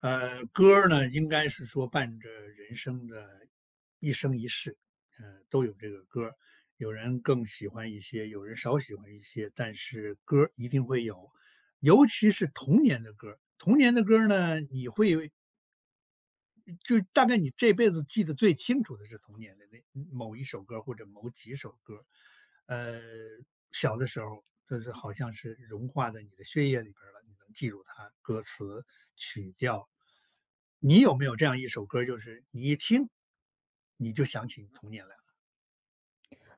歌儿呢，应该是说伴着人生的一生一世，都有这个歌儿。有人更喜欢一些，有人少喜欢一些，但是歌儿一定会有，尤其是童年的歌儿呢，就大概你这辈子记得最清楚的是童年的那某一首歌或者某几首歌。呃，小的时候就是好像是融化在你的血液里边儿了，你能记住它歌词、曲调。你有没有这样一首歌，就是你一听，你就想起你童年来了？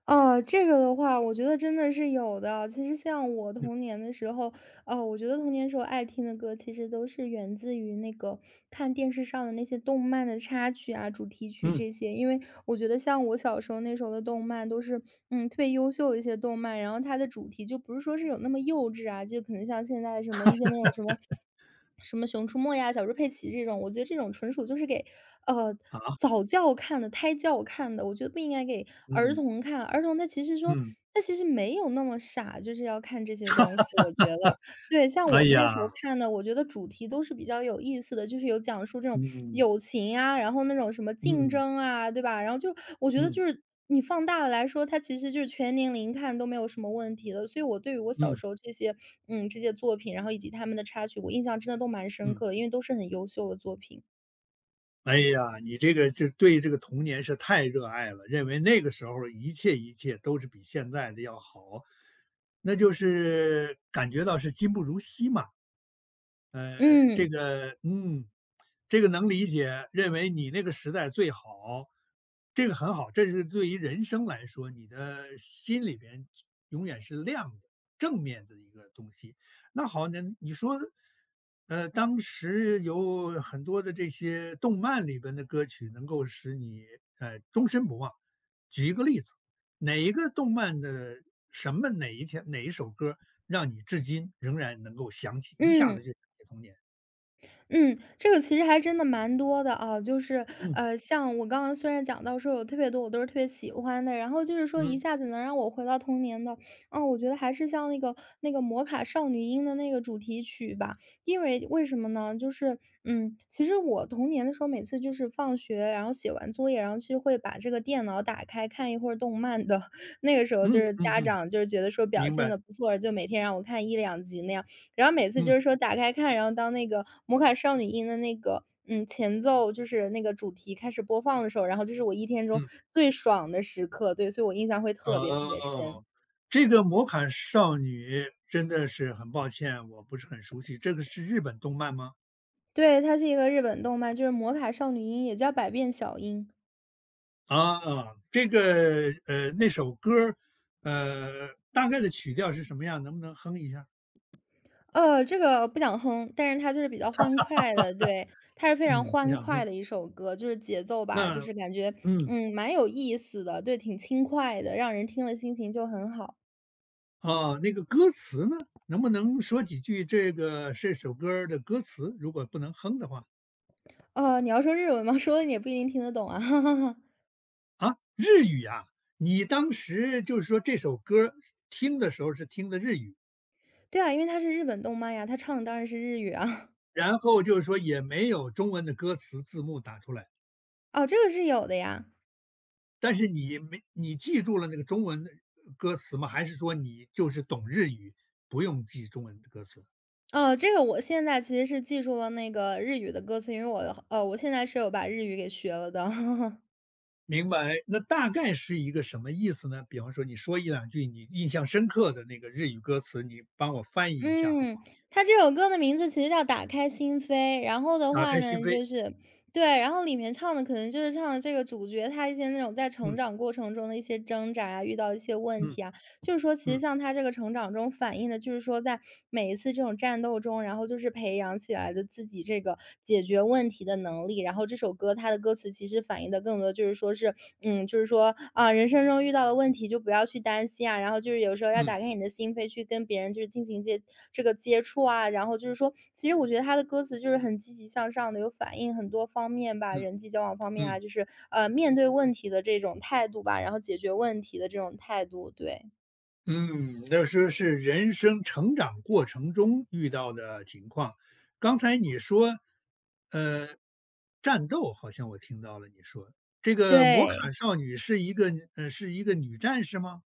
哦，这个的话，我觉得真的是有的。其实像我嗯童年的时候，哦，我觉得童年时候爱听的歌，其实都是源自于那个看电视上的那些动漫的插曲啊、主题曲嗯，这些。因为我觉得像我小时候那时候的动漫都是，特别优秀的一些动漫，然后它的主题就不是说是有那么幼稚啊，就可能像现在什么一些那种什么《熊出没》呀、《小猪佩奇》这种，我觉得这种纯属就是给呃啊，早教看的、胎教看的，我觉得不应该给儿嗯童看。儿童他其实说嗯，他其实没有那么傻，就是要看这些东西，我觉得。对，像哎我们那时候呀，看的，我觉得主题都是比较有意思的，就是有讲述这种嗯友情啊，然后那种什么竞嗯争啊，对吧？然后就我觉得嗯就是你放大了来说，它其实就是全年龄看都没有什么问题的。所以我对于我嗯小嗯时候这些，嗯，这些作品，然后以及他们的插曲，我印象真的都蛮深嗯。刻的，因为都是很优秀的作品。哎呀，你这个就对这个童年是太热爱了，认为那个时候一切一切都是比现在的要好，那就是感觉到是今不如昔嘛。这嗯，个嗯。这个能理解，认为你那个时代最好，这个很好，这是对于人生来说，你的心里边永远是亮的、正面的一个东西。那好，那你说，当时有很多的这些动漫里边的歌曲能够使你终身不忘。举一个例子，哪一个动漫的什么哪一天哪一首歌让你至今仍然能够想起，一下子就嗯。想起童年？嗯，这个其实还真的蛮多的啊，就是，嗯像我刚刚虽然讲到说有特别多我都是特别喜欢的，然后就是说一嗯下子能让我回到童年的，我觉得还是像那个《魔卡少女樱》的那个主题曲吧，因为为什么呢？就是，其实我童年的时候，每次就是放学，然后写完作业，然后其实会把这个电脑打开看一会儿动漫的，那个时候嗯就是嗯家嗯。长就是觉得说表明现白，的不错，就每天让我看一两集那样。然后每次嗯，就是说打开看，然后当那个《魔卡少女樱》的那个，前奏就是那个主题开始播放的时候，然后就是我一天中嗯，最爽的时刻，对，所以我印象会特别特别深。哦，这个《魔卡少女》真的是很抱歉，我不是很熟悉，这个是日本动漫吗？对，它是一个日本动漫，就是《魔卡少女樱》，也叫《百变小樱》。啊，这个，那首歌儿大概的曲调是什么样？能不能哼一下？这个不想哼，但是它就是比较欢快的，对，它是非常嗯。不欢想快哼，的一首歌，就是节奏吧，就那，是感觉，嗯，嗯，蛮有意思的，对，挺轻快的，让人听了心情就很好。哦，那个歌词呢？能不能说几句这首歌儿的歌词？如果不能哼的话。你要说日文吗？说了你也不一定听得懂啊。啊，日语啊？你当时就是说这首歌儿听的时候是听的日语？对啊，因为它是日本动漫呀，他唱的当然是日语啊。然后就是说也没有中文的歌词字幕打出来，哦，这个是有的呀。但是你没你记住了那个中文的歌词吗？还是说你就是懂日语，不用记中文的歌词？哦，这个我现在其实是记住了那个日语的歌词，因为我现在是有把日语给学了的。明白，那大概是一个什么意思呢？比方说你说一两句你印象深刻的那个日语歌词，你帮我翻译一下好不嗯，好？它这首歌的名字其实叫《打开心扉》，然后的打话开心呢，扉，就是对，然后里面唱的可能就是唱的这个主角他一些那种在成嗯长过程中的一些挣扎啊，遇到一些问嗯题啊。就是说，其实嗯像他这个成长中反映的，就是说在每一次这种战斗中，然后就是培养起来的自己这个解决问题的能力。然后这首歌它的歌词其实反映的更多就是说是，嗯，就是说啊，人生中遇到的问题就不要去担心啊，然后就是有时候要嗯打开你的心扉去跟别人就是进行接这个接触啊，然后就是说，其实我觉得他的歌词就是很积极向上的，有反映很多方面吧，嗯人际交往方面啊，嗯。就是面对问题的这种态度吧，然后解决问题的这种态度，对。嗯，那说是人生成长过程中遇到的情况。刚才你说，呃，战斗好像我听到了你说，这个摩对，卡少女是一个女战士吗？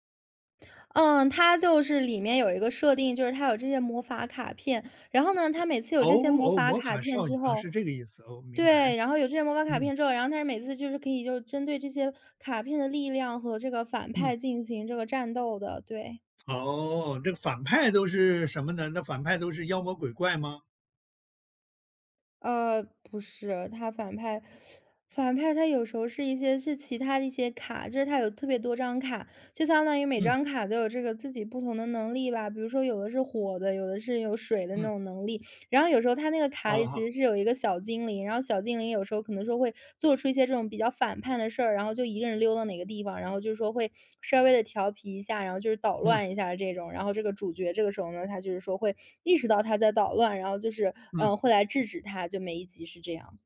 嗯，它就是里面有一个设定，就是它有这些魔法卡片，然后呢，它每次有哦这些魔哦，法摩卡卡片少之女啊，后是这个意思，哦，明白。对，然后有这些魔法卡嗯片之后，然后它是每次就是可以就是针对这些卡片的力量和这个反嗯，派进行这个战斗的，对。哦，这个反派都是什么呢？那反派都是妖魔鬼怪吗？不是，它反派它有时候是一些是其他的一些卡，就是它有特别多张卡，就相当于每嗯张卡都有这个自己不同的能力吧，比如说有的是火的，有的是有水的那嗯，种能力，然后有时候他那个卡哦里好，其实是有一个小精灵，然后小精灵有时候可能说会做出一些这种比较反叛的事儿，然后就一个人溜到哪个地方，然后就是说会稍微的调皮一下，然后就是捣嗯乱一下这种。然后这个主角这个时候呢，他就是说会意识到他在捣乱，然后就是，嗯，会来制止他，就每一集是这样。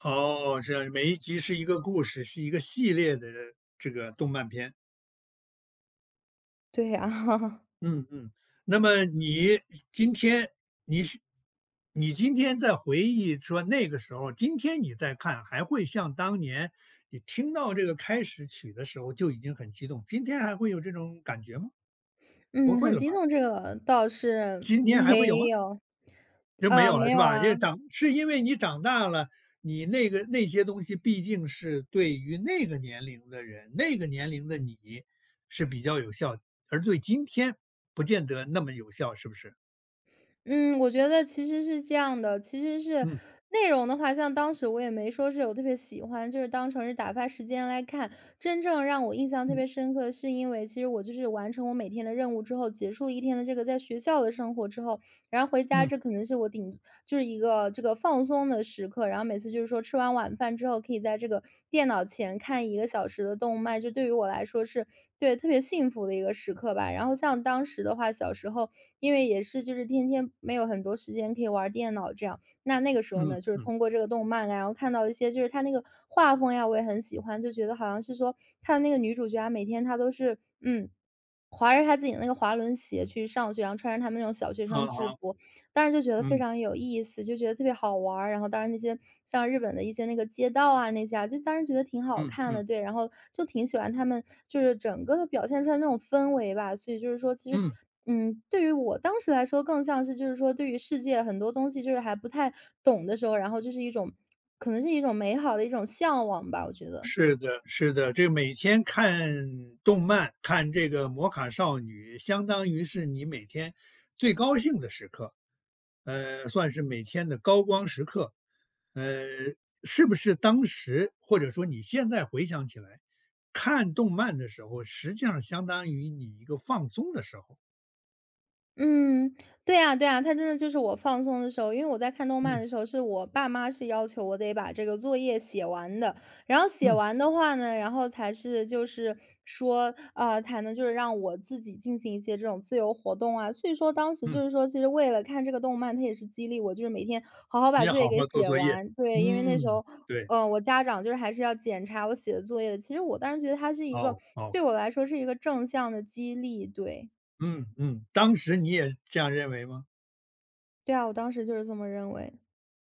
哦，这样每一集是一个故事，是一个系列的这个动漫片。对啊，嗯嗯，那么今天你是你今天在回忆说那个时候，今天你再看还会像当年你听到这个开始曲的时候就已经很激动，今天还会有这种感觉吗？不嗯，会很了吧？激动这个倒是今天还会有吗？没有。就没啊，有没了是有吧？因为啊。长是因为你长大了，你那些东西毕竟是对于那个年龄的人，那个年龄的你是比较有效，而对今天不见得那么有效，是不是？嗯，我觉得其实是这样的，其实是嗯。内容的话，像当时我也没说是有特别喜欢，就是当成是打发时间来看。真正让我印象特嗯别深刻，是因为其实我就是完成我每天的任务之后，结束一天的这个在学校的生活之后，然后回家嗯这可能是就是一个这个放松的时刻，然后每次就是说吃完晚饭之后，可以在这个电脑前看一个小时的动漫，就对于我来说是对特别幸福的一个时刻吧。然后像当时的话，小时候因为也是就是天天没有很多时间可以玩电脑这样，那个时候嗯呢，就是嗯，通过这个动漫啊，然后看到一些就是它那个画风呀，我也很喜欢，就觉得好像是说看那个女主角啊，每天她都是嗯。划着他自己的那个滑轮鞋去上学，然后穿着他们那种小学好生制好，服，当时就觉得非嗯常有意思，就觉得特别好玩儿。然后当然那些像日本的一些那个街道啊那些啊，就当时觉得挺好嗯看嗯的，对，然后就挺喜欢他们就是整个的表现出来那种氛围吧。所以就是说其实，嗯，嗯，对于我当时来说更像是就是说对于世界很多东西就是还不太懂的时候，然后就是一种可能是一种美好的一种向往吧，我觉得。是的，是的，这每天看动漫，看这个《魔卡少女》，相当于是你每天最高兴的时刻，算是每天的高光时刻。呃，是不是当时或者说你现在回想起来，看动漫的时候，实际上相当于你一个放松的时候？嗯，对呀对呀，他真的就是我放松的时候，因为我在看动漫嗯的时候，是我爸妈是要求我得把这个作业写完的，然后写嗯完的话呢，然后才是就是说，才能就是让我自己进行一些这种自由活动啊。所以说当时嗯，就是说，其实为了看这个动漫，它也是激励我，就是每天好好你把也作业好给好做写作业。完。对，因为那时嗯，候，对，我家长就是还是要检查我写的作业的。其实我当时觉得它是一个哦哦。对我来说是一个正向的激励，对。嗯嗯，当时你也这样认为吗？对啊，我当时就是这么认为。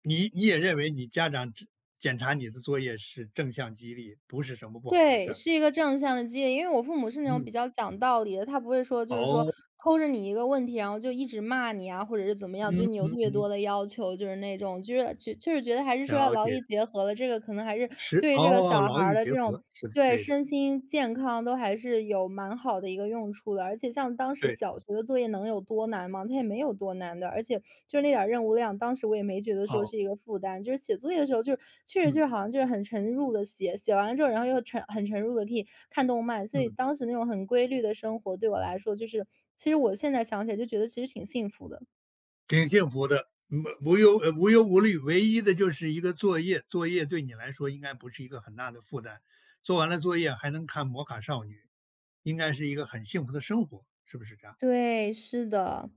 你也认为你家长只检查你的作业是正向激励，不是什么不好的事对，儿？是一个正向的激励，因为我父母是那种嗯，比较讲道理的，他不会说就是说哦，抠着你一个问题，然后就一直骂你啊，或者是怎么样，嗯对你有嗯特别多嗯，的要求，就是那种，就是觉得还是说要了劳解，逸结合了，这个可能还是是，对于这个哦，小劳孩儿逸的结这种合是对对是。的，身心健康都还是有蛮好的一个用处的。而且像当时对，小学的作业能有多难吗？它也没有多难的，而且就是那点儿任务量，当时我也没觉得说哦，是一个负担。就是写作业的时候，就是确实就嗯是好像就是很沉入的写，写完了之后，然后又沉很沉入的可以看动漫，所以嗯，当时那种很规律的生活对我来说，就是其实我现在想起来就觉得其实挺幸福的。挺幸福的，无忧无虑，唯一的就是一个作业，作业对你来说应该不是一个很大的负担，做完了作业还能看《摩卡少女》，应该是一个很幸福的生活，是不是这样？对，是的。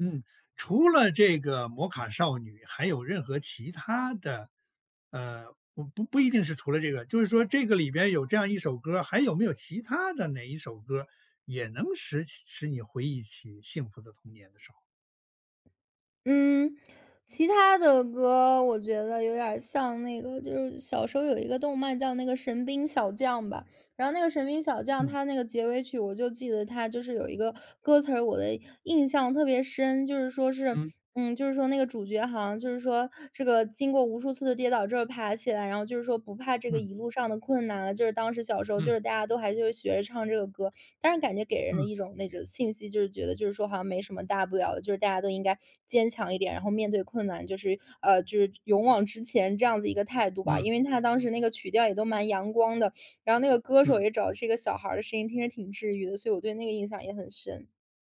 嗯，除了这个摩卡少女，还有任何其他的，呃，我不一定是除了这个，就是说这个里边有这样一首歌，还有没有其他的哪一首歌也能使你回忆起幸福的童年的时候？嗯，其他的歌我觉得有点儿像那个，就是小时候有一个动漫叫那个《神兵小将》吧，然后那个神兵小将，嗯他那个结尾曲，我就记得他就是有一个歌词儿，我的印象特别深，就是说是，嗯就是说那个主角好像就是说这个经过无数次的跌倒之后爬起来，然后就是说不怕这个嗯一路上的困难了。就是当时小时候，就嗯是大家都还就是学着唱这个歌，但是感觉给人的嗯一种那种信息，就是觉得就是说好像没什么大不了的，就是大家都应该坚强一点，然后面对困难，就是就是勇往直前这样子一个态度吧。嗯因为他当时那个曲调也都蛮阳光的，然后那个歌手嗯。也找的是一个小孩儿的声音，听着挺治愈的，所以我对那个印象也很深。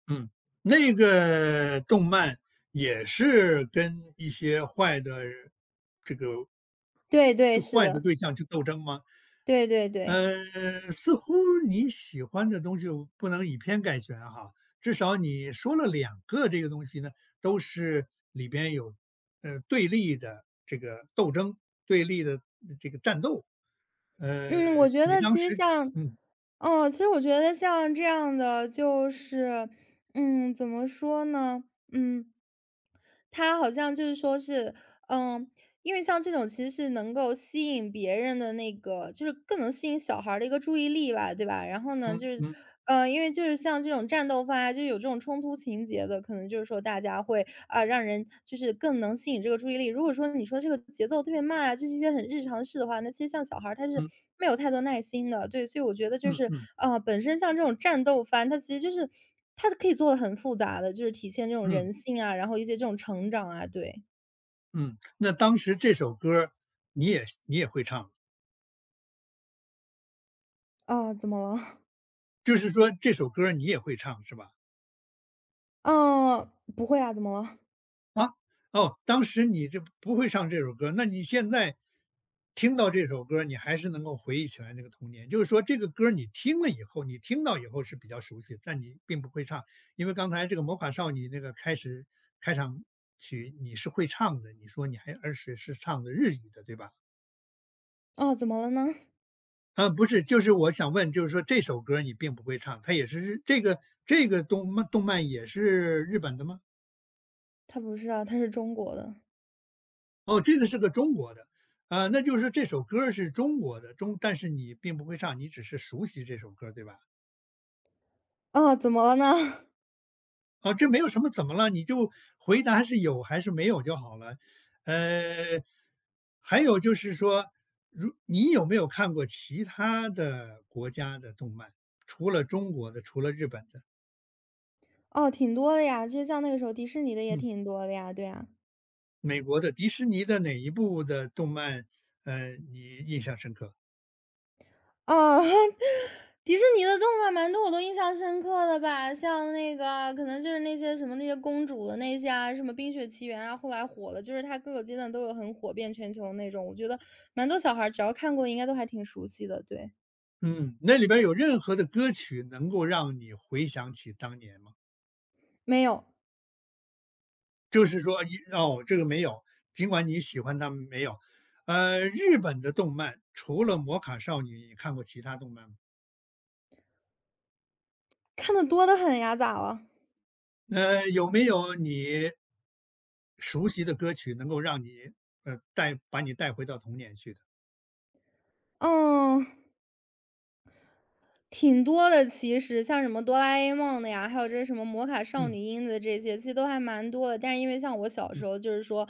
嗯，那个动漫也是跟一些坏的这个对对，就是坏的的，对象去斗争吗？对对对。呃，似乎你喜欢的东西不能以偏概全哈，至少你说了2个这个东西呢，都是里边有对立的这个斗争，对立的这个战斗。呃，嗯，我觉你得当其实时。像嗯哦，其实我觉得像这样的就是，怎么说呢？嗯，他好像就是说是，嗯，因为像这种其实是能够吸引别人的那个就是更能吸引小孩儿的一个注意力吧，对吧？然后呢，嗯就是嗯因为就是像这种战斗番啊，就是有这种冲突情节的，可能就是说大家会，啊，让人就是更能吸引这个注意力。如果说你说这个节奏特别慢啊，就是一些很日常的事的话，那其实像小孩儿他是嗯嗯没有太多耐心的。对，所以我觉得就嗯是，嗯啊，本身像这种战斗番，它其实就是它是可以做的很复杂的，就是体现这种嗯。人性啊，然后一些这种成长啊，对。嗯，那当时这首歌儿你也会唱，啊，怎么了？就是说这首歌儿你也会唱是吧？嗯，不会啊，怎么了？啊，哦，当时你这不会唱这首歌儿，那你现在听到这首歌儿，你还是能够回忆起来那个童年。就是说这个歌儿你听了以后，你听到以后是比较熟悉，但你并不会唱，因为刚才这个《魔法少女》那个开场曲你是会唱的，你说而且是唱的日语的，对吧？哦，怎么了呢？不是，就是我想问，就是说这首歌你并不会唱，它也是日这个这个动漫动漫也是日本的吗？它不是啊，它是中国的。哦，这个是个中国的，啊，那就是说这首歌是中国的，但是你并不会唱，你只是熟悉这首歌对吧？哦，怎么了呢？啊，这没有什么怎么了，你就回答是有还是没有就好了。呃，还有就是说，你有没有看过其他的国家的动漫？除了中国的，除了日本的，哦，挺多的呀，就像那个时候迪士尼的也嗯。挺多的呀，对啊。美国的迪士尼的哪一部的动漫，你印象深刻？哦，迪士尼的动漫蛮多我都印象深刻的吧，像那个可能就是那些什么那些公主的那些啊，什么《冰雪奇缘》啊，后来火了，就是它各个阶段都有很火遍全球的那种，我觉得蛮多小孩儿只要看过应该都还挺熟悉的，对。嗯，那里边儿有任何的歌曲能够让你回想起当年吗？没有，就是说哦，这个没有，尽管你喜欢他们没有。日本的动漫除了《摩卡少女》，你看过其他动漫吗？看的多的很呀，咋了？有没有你熟悉的歌曲能够让你，把你带回到童年去的？嗯。挺多的，其实像什么哆啦 A 梦的呀，还有这什么魔卡少女樱的这些，其实都还蛮多的。但是因为像我小时嗯候，就是说，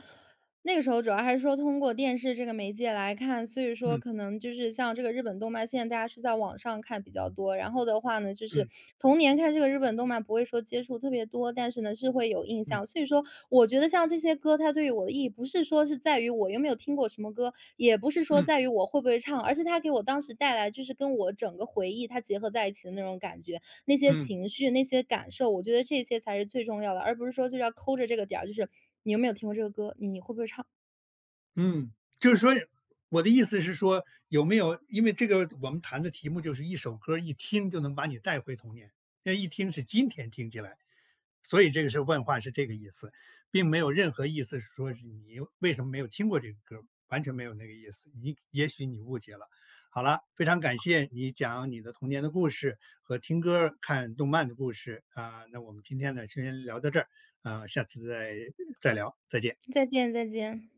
那个时候主要还是说通过电视这个媒介来看，所以说嗯可能就是像这个日本动漫，现在大家是在网上看比较多。然后的话呢，就是嗯童年看这个日本动漫不会说接触特别多，但是呢是会有印嗯嗯象。所以说，我觉得像这些歌，它对于我的意义不是说是在于我有没有听过什么歌，也不是嗯说嗯在于我会不会唱，而是它给我当时带来就是跟我整个回忆它结合在一起的那种感觉。那些嗯。情绪、那些感受，我觉得这些才是最重要的，而不是说就是要抠着这个点儿，就是你有没有听过这个歌，你会不会唱？嗯，就是说我的意思是说，有没有因为这个我们谈的题目就是一首歌儿一听就能把你带回童年，那一听是今天听起来，所以这个是问话是这个意思，并没有任何意思是说是你为什么没有听过这个歌儿，完全没有那个意思，你也许你误解了。好了，非常感谢你讲你的童年的故事和听歌儿、看动漫的故事啊，那我们今天呢先聊到这儿啊，下次再聊，再见。再见再见。